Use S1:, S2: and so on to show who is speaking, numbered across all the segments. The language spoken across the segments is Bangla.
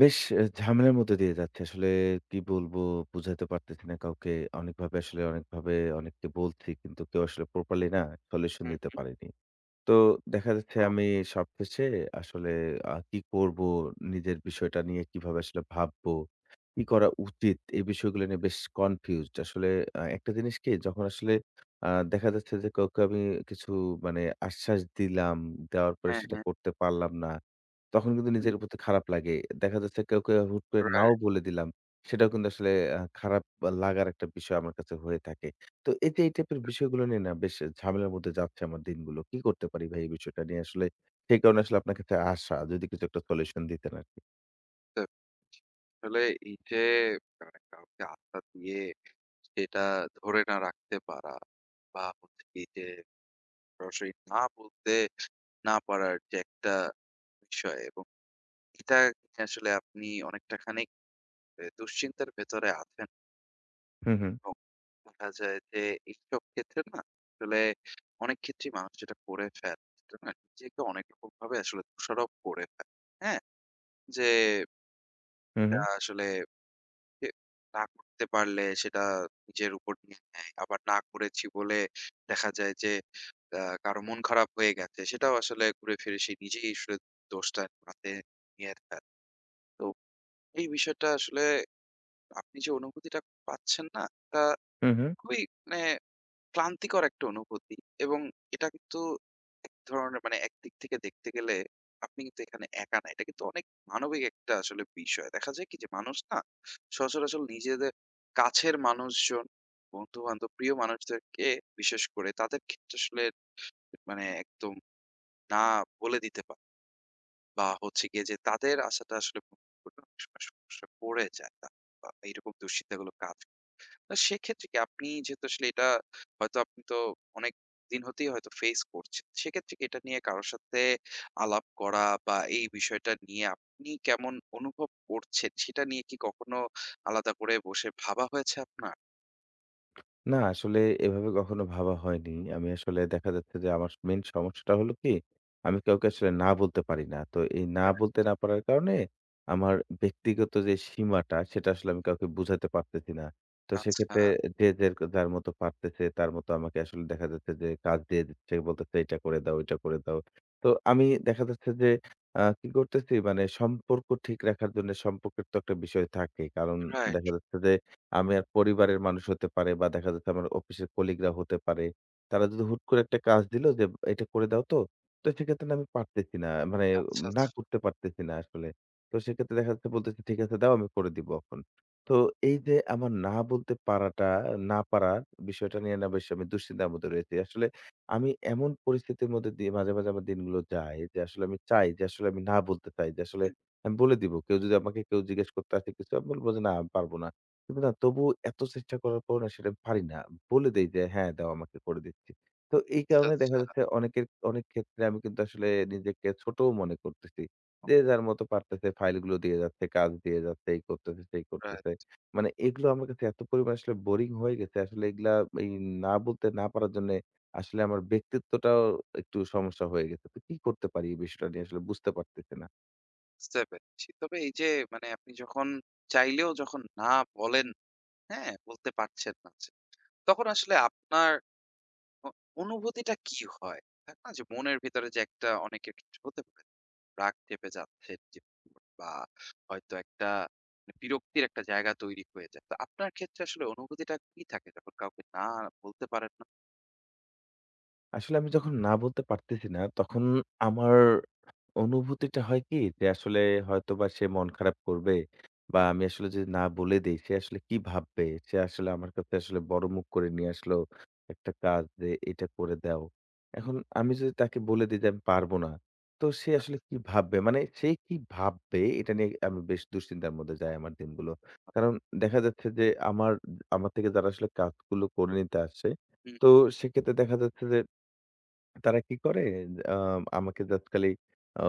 S1: বেশ ঝামেলার মধ্যে দিয়ে যাচ্ছি। আসলে কি বলবো? বুঝাতে পারতেছি না কাউকে। অনেকভাবে অনেককে বলছি। কিন্তু কেউ আসলে প্রপারলি না সলিউশন
S2: হুম,
S1: দিতে পারেনি। তো দেখা যাচ্ছে
S2: ও,
S1: আমি সবশেষে আসলে কি করব? নিজের বিষয়টা নিয়ে কিভাবে আসলে ভাববো? কি করা উচিত? এই বিষয়গুলো নিয়ে বেশ কনফিউজড। আসলে একটা জিনিস কি? যখন আসলে আ দেখা যাচ্ছে যে কাউকে আমি কিছু মানে আশ্বাস দিলাম, দেওয়ার পরে
S2: হ্যাঁ,
S1: সেটা
S2: হ্যাঁ।
S1: করতে পারলাম না। তখন কিন্তু
S2: হুম।
S1: নিজের প্রতি খারাপ লাগে। দেখা যাচ্ছে কাউকে হুট করে নাও
S2: রাইট।
S1: বলে দিলাম। সেটাও কিন্তু আসলে খারাপ লাগার একটা বিষয় আমার কাছে হয়ে থাকে। তো এই যে এই টাইপের বিষয়গুলো নিয়ে না বেশ ঝামেলার মধ্যে যাচ্ছে আমার দিনগুলো। কি করতে পারি ভাই এই বিষয়টা নিয়ে আসলে? সেই কারণে আসলে আপনার কাছে আসা। যদি কিছু একটা সলিউশন দিতেন আরকি।
S2: তো আসলে এই যে মানে কাউকে আস্থা দিয়ে সেটা ধরে না রাখতে পারা বা হচ্ছে কি যে সরাসরি না বলতে না পারার যে একটা বিষয় এবং এটা নিয়ে আসলে আপনি অনেকটা খানিক দুশ্চিন্তার ভেতরে আছেন
S1: হু, হু।
S2: এবং দেখা যায় যে এইসব ক্ষেত্রে না আসলে অনেক ক্ষেত্রেই মানুষ যেটা করে ফেলে সেটা না নিজেকে অনেক রকমভাবে আসলে দোষারোপ করে ফেলে। হ্যাঁ? যে
S1: হু, হু।
S2: এটা আসলে এ না করতে পারলে সেটা নিজের উপর নিয়ে নেয়। আবার না করেছি বলে দেখা যায় যে কারো মন খারাপ হয়ে গেছে। সেটাও আসলে ঘুরে ফিরে সে নিজেই আসলে দোষটা হাতে নিয়ে ফেলে। তো এই বিষয়টা আসলে আপনি যে অনুভূতিটা পাচ্ছেন না, তা
S1: হু, হু।
S2: খুবই মানে ক্লান্তিকর একটা অনুভূতি এবং এটা কিন্তু এক ধরনের মানে একদিক থেকে দেখতে গেলে আপনি কিন্তু এখানে একা না। এটা কিন্তু অনেক মানবিক একটা আসলে বিষয়। দেখা যায় কি যে মানুষ না সচরাচর নিজেদের কাছের মানুষজন, বন্ধু-বান্ধব, প্রিয় মানুষদেরকে বিশেষ করে তাদের ক্ষেত্রে আসলে মানে একদম না বলে দিতে পারে বা হচ্ছে গিয়ে যে তাদের আশাটা আসলে পূরণ করতে অনেক সময় সমস্যা পড়ে যায়। তা বা এরকম দুশ্চিন্তাগুলো কাজ তো সেক্ষেত্রে কি আপনি যেহেতু আসলে এটা হয়তো আপনি তো অনেক দিন হতেই হয়তো ফেস করছেন। সেক্ষেত্রে কি এটা নিয়ে কারো সাথে আলাপ করা বা এই বিষয়টা নিয়ে আপনি কেমন অনুভব করছেন, সেটা নিয়ে কি কখনো আলাদা করে বসে ভাবা হয়েছে আপনার?
S1: না, আসলে এভাবে কখনো ভাবা হয়নি। আমি আসলে দেখা যাচ্ছে যে আমার মেইন সমস্যাটা হলো কি, আমি কাউকে আসলে না বলতে পারি না। তো এই না
S2: রাইট।
S1: বলতে না পারার কারণে আমার ব্যক্তিগত যে সীমাটা, সেটা আসলে আমি কাউকে বুঝাতে পারতেছি না। তো
S2: আচ্ছা,
S1: সেক্ষেত্রে যে যার মতো পারতেছে, তার মতো আমাকে আসলে দেখা যাচ্ছে যে কাজ দিয়ে দিচ্ছে, বলতেছে, "এটা করে দাও, ওইটা করে দাও।" তো আমি দেখা যাচ্ছে যে কি করতেছি, মানে সম্পর্ক ঠিক রাখার জন্য সম্পর্কের তো একটা বিষয় থাকে। কারণ
S2: রাইট।
S1: দেখা যাচ্ছে যে আমার পরিবারের মানুষ হতে পারে বা দেখা যাচ্ছে আমার অফিসের কলিগরা হতে পারে। তারা যদি হুট করে একটা কাজ দিল যে, "এটা করে দাও তো।" তো সেক্ষেত্রে না আমি পারতেছি না। মানে
S2: আচ্ছা,
S1: না
S2: আচ্ছা।
S1: করতে পারতেছি না আসলে। তো সেক্ষেত্রে দেখা যাচ্ছে বলতেছি, "ঠিক আছে দাও আমি করে দিব এখন।" তো এই যে আমার না বলতে পারাটা, না পারা বিষয়টা নিয়ে না বেশ আমি দুশ্চিন্তার মধ্যে রয়েছি। আসলে আমি এমন পরিস্থিতির মধ্যে দিয়ে মাঝে, মাঝে আমার দিনগুলো যায় যে আসলে আমি চাই যে আসলে আমি না বলতে চাই যে আসলে
S2: হুম,
S1: আমি বলে দিব। কেউ যদি আমাকে কেউ জিজ্ঞেস করতে আসে কিছু আমি বলব যে, "না আমি পারব না।" কিন্তু না তবু এত চেষ্টা করার পরও না সেটা পারি না। বলে দেই যে, "হ্যাঁ, দাও আমাকে করে দিচ্ছি।" তো এই
S2: আচ্ছা,
S1: কারণে দেখা
S2: আচ্ছা।
S1: যাচ্ছে অনেকের অনেক ক্ষেত্রে আমি কিন্তু আসলে নিজেকে ছোটও মনে করতেছি। যে যার মতো পারতেছে ফাইলগুলো দিয়ে যাচ্ছে, কাজ দিয়ে যাচ্ছে, এই করতেছে, সেই করতেছে।
S2: রাইট।
S1: মানে এগুলো আমার কাছে এত পরিমাণ আসলে বোরিং হয়ে গেছে। আসলে এগুলা এই না বলতে না পারার জন্যে আসলে আমার ব্যক্তিত্বটাও একটু সমস্যা হয়ে গেছে। তো কি করতে পারি এই বিষয়টা নিয়ে আসলে বুঝতে পারতেছি না।
S2: বুঝতে পেরেছি। তবে এই যে মানে আপনি যখন চাইলেও যখন না বলেন, হ্যাঁ? বলতে পারছেন না। তখন আসলে আপনার অ অনুভূতিটা কি হয়? থাকে না যে মনের ভিতরে যে একটা অনেকের কিছু হতে পারে। রাগ চেপে যাচ্ছে যে বা হয়তো একটা মানে বিরক্তির একটা জায়গা তৈরি হয়ে যায়। তো আপনার ক্ষেত্রে আসলে অনুভূতিটা কি থাকে যখন কাউকে না বলতে পারেন না?
S1: আসলে আমি যখন না বলতে পারতেছি না, তখন আমার অনুভূতিটা হয় কি যে আসলে হয়তোবা সে মন খারাপ করবে বা
S2: হুম,
S1: আমি আসলে যদি না বলে দেই সে আসলে কি ভাববে? সে আসলে আমার কাছে আসলে বড় মুখ করে নিয়ে আসলো একটা কাজ যে এটা করে দাও। এখন আমি যদি তাকে বলে দেই যে আমি পারবো না, তো সে আসলে কি ভাববে? মানে সে কি ভাববে এটা নিয়ে আমি বেশ দুশ্চিন্তার মধ্যে যাই
S2: ও,
S1: আমার দিনগুলো। কারণ দেখা যাচ্ছে যে আমার আমার থেকে যারা আসলে কাজগুলো করে নিতে আসছে,
S2: হুম,
S1: তো সেক্ষেত্রে দেখা যাচ্ছে যে তারা কি করে আ আমাকে তৎকালী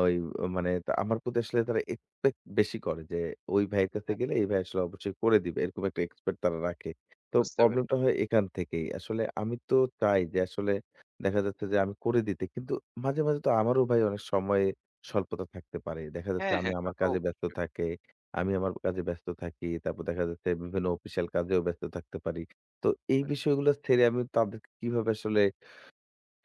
S1: ওই মানে তা আমার প্রতি আসলে তারা এক্সপেক্ট বেশি করে যে ওই ভাইয়ের কাছে
S2: হ্যাঁ,
S1: গেলে এই ভাই আসলে অবশ্যই করে দিবে। এরকম একটা এক্সপেক্ট তারা রাখে। তো
S2: বুঝতে পেরে,
S1: প্রবলেমটা হয় এখান থেকেই। আসলে আমি তো চাই যে আসলে দেখা যাচ্ছে যে আমি করে দিতে। কিন্তু মাঝে, মাঝে তো আমারও ভাই অনেক সময়ে স্বল্পতা থাকতে পারে। দেখা যাচ্ছে
S2: হ্যাঁ,
S1: আমি
S2: হ্যাঁ, তা
S1: আমার
S2: তো
S1: কাজে ব্যস্ত
S2: অবশ্যই।
S1: থাকে আমি আমার কাজে ব্যস্ত থাকি। তারপর দেখা যাচ্ছে বিভিন্ন অফিসিয়াল কাজেও ব্যস্ত থাকতে পারি। তো এই বিষয়গুলো ছেড়ে আমি তাদেরকে কিভাবে আসলে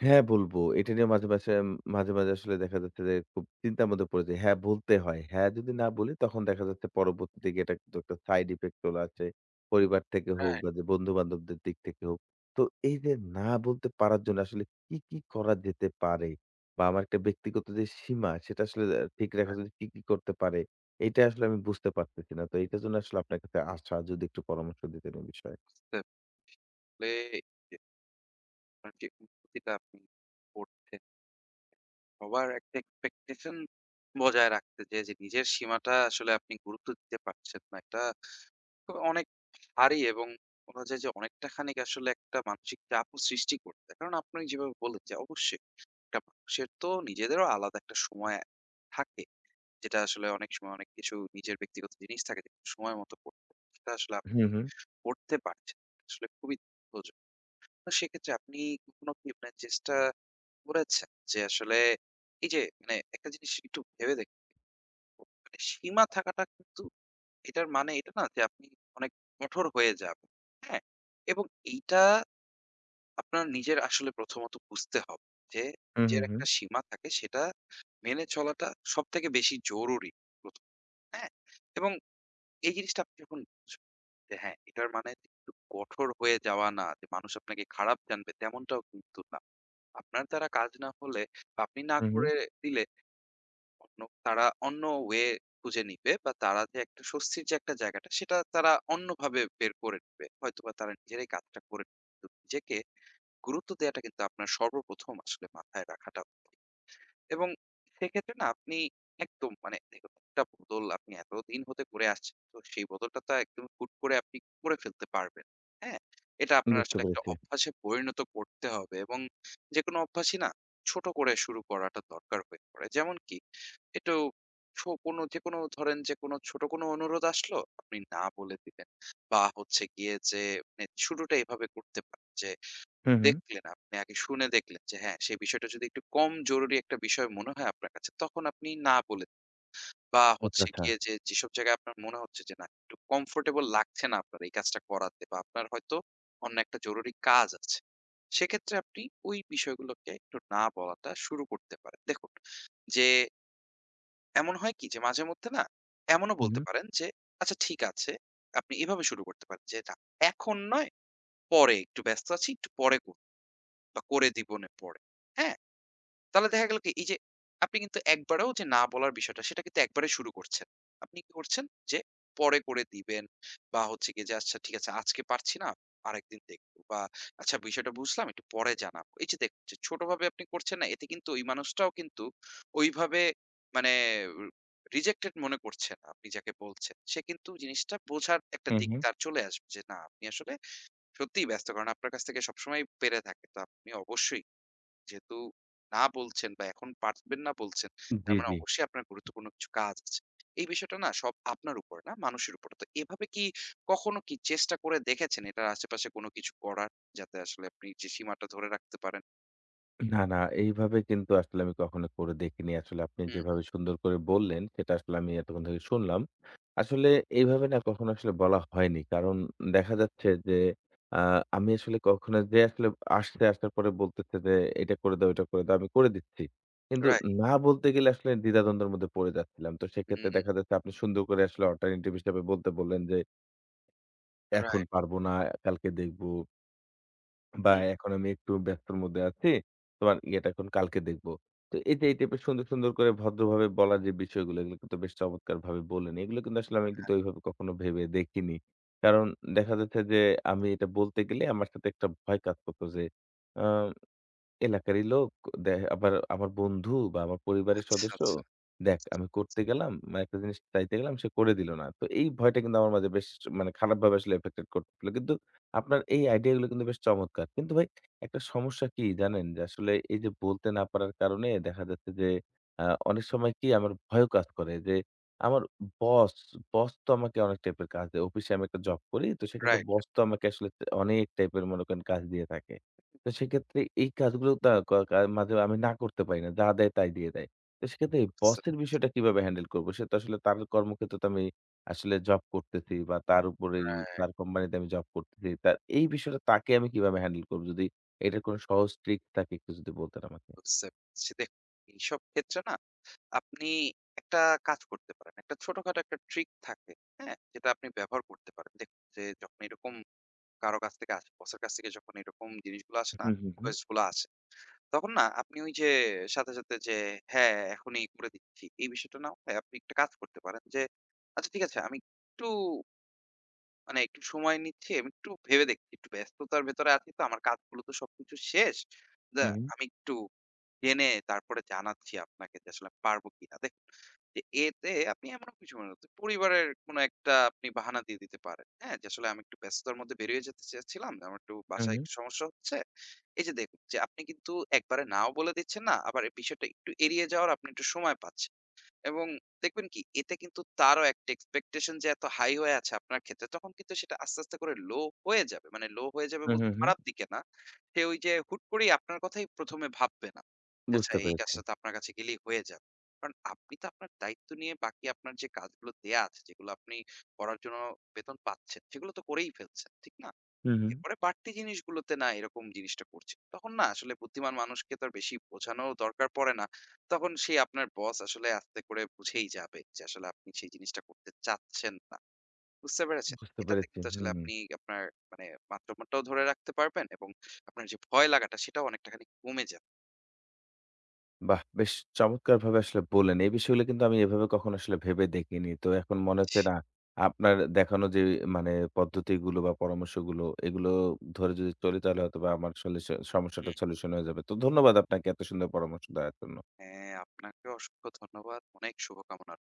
S1: হ্যাঁ, বলবো। এটা নিয়ে মাঝে, মাঝে, আসলে দেখা যাচ্ছে যে খুব চিন্তার মধ্যে পড়ে যাই। হ্যাঁ, বলতে হয়। হ্যাঁ, যদি না বলি তখন দেখা যাচ্ছে পরবর্তীতে গিয়ে এটা কিন্তু একটা সাইড ইফেক্ট চলে আসে। পরিবার থেকে হোক
S2: রাইট,
S1: বা যে বন্ধু-বান্ধবদের দিক থেকে হোক। তো এই যে না বলতে পারার জন্য আসলে কি, কি, করা যেতে পারে? বা আমার একটা ব্যক্তিগত যে সীমা সেটা আসলে ঠিক রাখার
S2: রাইট।
S1: জন্য কি, কি, করতে পারে? এটা আসলে আমি বুঝতে পারতেছি না। তো এটার জন্য আসলে আপনার কাছে আসা যদি একটু পরামর্শ দিতেন এই বিষয়ে।
S2: বুঝতে পেলে যে আপনার যে অনুভূতিটা আপনি করছেন সবার একটা এক্সপেকটেশন বজায় রাখতে যেয়ে যে নিজের সীমাটা আসলে আপনি গুরুত্ব দিতে পারছেন না। এটা তো অনেক ভারী এবং বলা যায় যে অনেকটা খানিক আসলে একটা মানসিক চাপও সৃষ্টি করতে। কারণ আপনি যেভাবে বললেন যে অবশ্যই একটা মানুষের তো নিজেদেরও আলাদা একটা সময় থাকে। যেটা আসলে অনেক সময় অনেক কিছু নিজের ব্যক্তিগত জিনিস থাকে যেটা সময় মতো করতে হয়। সেটা আসলে
S1: হুম,
S2: আপনি
S1: হুম।
S2: করতে পারছেন। আসলে খুবই দুঃখজনক। তো সেক্ষেত্রে আপনি কখনো কি আপনার চেষ্টা করেছেন যে আসলে এই যে মানে একটা জিনিস একটু ভেবে দেখুন, মানে সীমা থাকাটা কিন্তু এটার মানে এটা না যে আপনি অনেক কঠোর হয়ে যাবেন। হ্যাঁ? এবং এইটা আপনার নিজের আসলে প্রথমত বুঝতে হবে যে,
S1: হুম, হুম,
S2: নিজের
S1: হুম।
S2: একটা সীমা থাকে সেটা মেনে চলাটা সবথেকে বেশি জরুরি ১ম, হ্যাঁ? এবং এই জিনিসটা আপনি যখন বুঝবেন যে হ্যাঁ, এটার মানে একটু কঠোর হয়ে যাওয়া না যে মানুষ আপনাকে খারাপ জানবে তেমনটাও কিন্তু না। আপনার দ্বারা কাজ না হলে বা আপনি না
S1: হুম, হুম।
S2: করে দিলে অন্য তারা অন্য ওয়ে খুঁজে নিবে বা তারা যে একটা স্বস্তির যে একটা জায়গাটা সেটা তারা অন্যভাবে বের করে নিবে। হয়তোবা তারা নিজেরাই কাজটা করে নেবে। কিন্তু নিজেকে গুরুত্ব দেয়াটা কিন্তু আপনার সর্বপ্রথম আসলে মাথায় রাখাটা উচিত। এবং সেক্ষেত্রে না আপনি একদম মানে দেখুন, একটা বদল আপনি এতদিন হতে করে আসছেন। তো সেই বদলটা তো একদম হুট করে আপনি করে ফেলতে পারবেন না। হ্যাঁ? এটা আপনার
S1: বুঝতে
S2: আসলে একটা
S1: পেরেছি।
S2: অভ্যাসে পরিণত করতে হবে এবং যেকোনো অভ্যাসই না ছোট করে শুরু করাটা দরকার হয়ে পড়ে। যেমন কি একটু সো কোনো যেকোনো ধরেন যে কোনো ছোট কোনো অনুরোধ আসলো, আপনি না বলে দিলেন। বা হচ্ছে গিয়ে যে মানে শুরুটা এভাবে করতে পারেন যে
S1: হুম, হুম।
S2: দেখলেন, আপনি আগে শুনে দেখলেন যে হ্যাঁ, সেই বিষয়টা যদি একটু কম জরুরি একটা বিষয় মনে হয় আপনার কাছে, তখন আপনি না বলে দিন। বা
S1: আচ্ছা,
S2: হচ্ছে
S1: আচ্ছা।
S2: গিয়ে যে যেসব জায়গায় আপনার মনে হচ্ছে যে না, একটু কমফোর্টেবল লাগছে না আপনার এই কাজটা করাতে বা আপনার হয়তো অন্য একটা জরুরি কাজ আছে। সেক্ষেত্রে আপনি ওই বিষয়গুলোকে একটু না বলাটা শুরু করতে পারেন। দেখুন, যে এমন হয় কি যে মাঝে মধ্যে না এমনও
S1: হুম,
S2: বলতে পারেন যে, "আচ্ছা ঠিক আছে।" আপনি এভাবে শুরু করতে পারেন যে, "না, এখন নয়, পরে একটু ব্যস্ত আছি, একটু পরে করব।" বা করে দিবনে পড়ে। হ্যাঁ? তাহলে দেখা গেল কি এই যে আপনি কিন্তু একবারেও যে না বলার বিষয়টা সেটা কিন্তু একবারে শুরু করছেন। আপনি কি করছেন যে পরে করে দিবেন বা হচ্ছে গিয়ে যে আচ্ছা ঠিক আছে আজকে পারছি না, আরেকদিন দেখব বা আচ্ছা বিষয়টা বুঝলাম একটু পরে জানাবো। এই যে দেখুন যে ছোটভাবে আপনি করছেন না এতে কিন্তু ওই মানুষটাও কিন্তু ওইভাবে মানে রিজেক্টেড মনে করছে না আপনি যাকে বলছেন। সে কিন্তু জিনিসটা বোঝার একটা
S1: হুম,
S2: দিক
S1: হুম।
S2: তার চলে আসবে যে না আপনি আসলে সত্যিই ব্যস্ত কারণ আপনার কাছ থেকে সবসময় পেরে থাকে। তো আপনি অবশ্যই যেহেতু না বলছেন বা এখন পারবেন না বলছেন, তার
S1: জি,
S2: মানে
S1: জি।
S2: অবশ্যই আপনার গুরুত্বপূর্ণ কিছু কাজ আছে। এই বিষয়টা না সব আপনার উপর না মানুষের উপর। তো এভাবে কি কখনো কি চেষ্টা করে দেখেছেন এটার আশেপাশে কোনো কিছু করার? যাতে আসলে আপনি যে সীমাটা ধরে রাখতে পারেন।
S1: না, না এইভাবে কিন্তু আসলে আমি কখনো করে দেখিনি। আসলে আপনি
S2: হুম,
S1: যেভাবে সুন্দর করে বললেন সেটা আসলে আমি এতক্ষণ থেকে শুনলাম। আসলে এইভাবে না কখনো আসলে বলা হয়নি। কারণ দেখা যাচ্ছে যে আ আমি আসলে কখনো যে আসলে আসছে, আসার পরে বলতেছে যে এটা করে দাও, ওটা করে দাও। আমি করে দিচ্ছি। কিন্তু
S2: রাইট,
S1: না বলতে গেলে আসলে দ্বিধাদ্বন্দ্বের মধ্যে পড়ে যাচ্ছিলাম। তো সেক্ষেত্রে
S2: হুম,
S1: দেখা যাচ্ছে আপনি সুন্দর করে আসলে অল্টারনেটিভ হিসেবে বলতে বললেন যে এখন
S2: রাইট,
S1: পারব না, কালকে দেখব। বা
S2: হুম,
S1: এখন আমি একটু ব্যস্তর মধ্যে আছি। তোমার ইয়েটা এখন কালকে দেখবো। তো এই যে এই টাইপের সুন্দর, সুন্দর করে ভদ্রভাবে বলার যে বিষয়গুলো, এগুলো কিন্তু বেশ চমৎকারভাবে বললেন। এগুলো কিন্তু আসলে আমি কিন্তু ওইভাবে কখনো ভেবে দেখিনি। কারণ দেখা যাচ্ছে যে আমি এটা বলতে গেলে আমার সাথে একটা ভয় কাজ করত যে আ এলাকারই লোক আবার আমার বন্ধু বা আমার পরিবারের
S2: আচ্ছা,
S1: সদস্য।
S2: আচ্ছা,
S1: দেখ আমি করতে গেলাম, মানে একটা জিনিস চাইতে গেলাম সে করে দিল না। তো এই ভয়টা কিন্তু আমার মাঝে বেশ মানে খারাপভাবে আসলে এফেক্টেড করছিল। কিন্তু আপনার এই আইডিয়া গুলো কিন্তু বেশ চমৎকার। কিন্তু ভাই একটা সমস্যা কি জানেন? যে আসলে
S2: হুম,
S1: এই যে বলতে না পারার কারণে দেখা যাচ্ছে যে আ অনেক সময় কি আমার ভয়ও কাজ করে যে আমার বস, বস তো আমাকে অনেক টাইপের কাজ দেয়। অফিসে আমি একটা জব করি। তো সেক্ষেত্রে
S2: রাইট,
S1: বস তো আমাকে আসলে অনেক টাইপের মনে করেন কাজ দিয়ে থাকে। তো সেক্ষেত্রে এই কাজগুলো তা ক কা মাঝে আমি না করতে পারি না। যা দেয় তাই দিয়ে দেয়। তো সেক্ষেত্রে
S2: বুঝতে
S1: বসের বিষয়টা কিভাবে হ্যান্ডেল করব? সে তো আসলে তার কর্মক্ষেত্রে তো আমি আসলে জব করতেছি বা তার উপরেই
S2: রাইট,
S1: তার কোম্পানিতে আমি জব করতেছি। তা এই বিষয়টা তাকে আমি কিভাবে হ্যান্ডেল করব? যদি এটার কোনো সহজ ট্রিক থাকে একটু যদি বলতেন আমাকে।
S2: বুঝতে পারছি। দেখুন, এইসব ক্ষেত্রে না আপনি একটা কাজ করতে পারেন। একটা ছোটখাটো একটা ট্রিক থাকে, হ্যাঁ? যেটা আপনি ব্যবহার করতে পারেন। দেখুন যে যখন এরকম কারো কাছ থেকে আসে, বসের কাছ থেকে যখন এরকম জিনিসগুলো আসে না,
S1: হুম, হুম, হুম,
S2: রিকোয়েস্ট গুলো আসে। তখন না আপনি ওই যে সাথে, সাথে যে হ্যাঁ, এখনই করে দিচ্ছি। এই বিষয়টা না হয়ে আপনি একটা কাজ করতে পারেন যে, আচ্ছা ঠিক আছে আমি একটু মানে একটু সময় নিচ্ছি, আমি একটু ভেবে দেখছি। একটু ব্যস্ততার ভেতরে আছি তো আমার কাজগুলো তো সবকিছু শেষ। দা
S1: হুম,
S2: আমি একটু জেনে তারপরে জানাচ্ছি আপনাকে যে আসলে পারবো কিনা। দেখুন, যে এতে আপনি এমনও কিছু মনে করতে পরিবারের কোনো একটা আপনি বাহানা দিয়ে দিতে পারেন। হ্যাঁ? যে আসলে আমি একটু ব্যস্ততার মধ্যে বেরিয়ে যেতে চেয়েছিলাম। আমার একটু
S1: হুম, হুম,
S2: বাসায়
S1: হুম,
S2: একটু সমস্যা হচ্ছে। এই যে দেখুন যে আপনি কিন্তু একবারে নাও বলে দিচ্ছেন না, আবার এই বিষয়টা একটু এড়িয়ে যাওয়ার আপনি একটু সময় পাচ্ছেন। এবং দেখবেন কি এতে কিন্তু তারও একটা এক্সপেকটেশন যে এত হাই হয়ে আছে আপনার ক্ষেত্রে, তখন কিন্তু সেটা আস্তে, আস্তে করে লো হয়ে যাবে। মানে লো হয়ে যাবে
S1: হুম,
S2: বলতে
S1: হুম, হুম।
S2: খারাপ দিকে না। সে ওই যে হুট করেই আপনার কথাই ১ম এ ভাববে না। যে আচ্ছা
S1: বুঝতে
S2: এই
S1: পেরেছি।
S2: কাজটা তো আপনার কাছে গেলেই হয়ে যাবে। কারণ আপনি তো আপনার দায়িত্ব নিয়ে বাকি আপনার যে কাজগুলো দেয়া আছে, যেগুলো আপনি করার জন্য বেতন পাচ্ছেন, সেগুলো তো করেই ফেলছেন। ঠিক না?
S1: হুম, হুম।
S2: এরপরে বাড়তি জিনিসগুলোতে না এরকম জিনিসটা করছে। তখন না আসলে বুদ্ধিমান মানুষকে তো আর বেশি বোঝানোর দরকার পড়ে না। তখন সে আপনার বস আসলে আস্তে করে বুঝেই যাবে যে আসলে আপনি সেই জিনিসটা করতে চাচ্ছেন না। বুঝতে পেরেছেন?
S1: বুঝতে
S2: এটাতে
S1: পেরেছি।
S2: কিন্তু আসলে
S1: হুম।
S2: আপনি আপনার মানে মাত্রাটাও ধরে রাখতে পারবেন এবং আপনার যে ভয় লাগাটা সেটাও অনেকটা খানি কমে যাবে।
S1: বাহ! বেশ চমৎকারভাবে আসলে বললেন। এই বিষয়গুলো কিন্তু আমি এভাবে কখনো আসলে ভেবে দেখিনি। তো এখন মনে হচ্ছে
S2: জি।
S1: না, আপনার দেখানো যে মানে পদ্ধতিগুলো বা পরামর্শগুলো, এগুলো ধরে যদি চলি তাহলে হয়তোবা আমার সলিউশন সমস্যাটা
S2: হুম।
S1: সলিউশন হয়ে যাবে। তো ধন্যবাদ আপনাকে এত সুন্দর পরামর্শ দেওয়ার জন্য।
S2: হ্যাঁ, আপনাকেও অসংখ্য ধন্যবাদ। অনেক শুভকামনা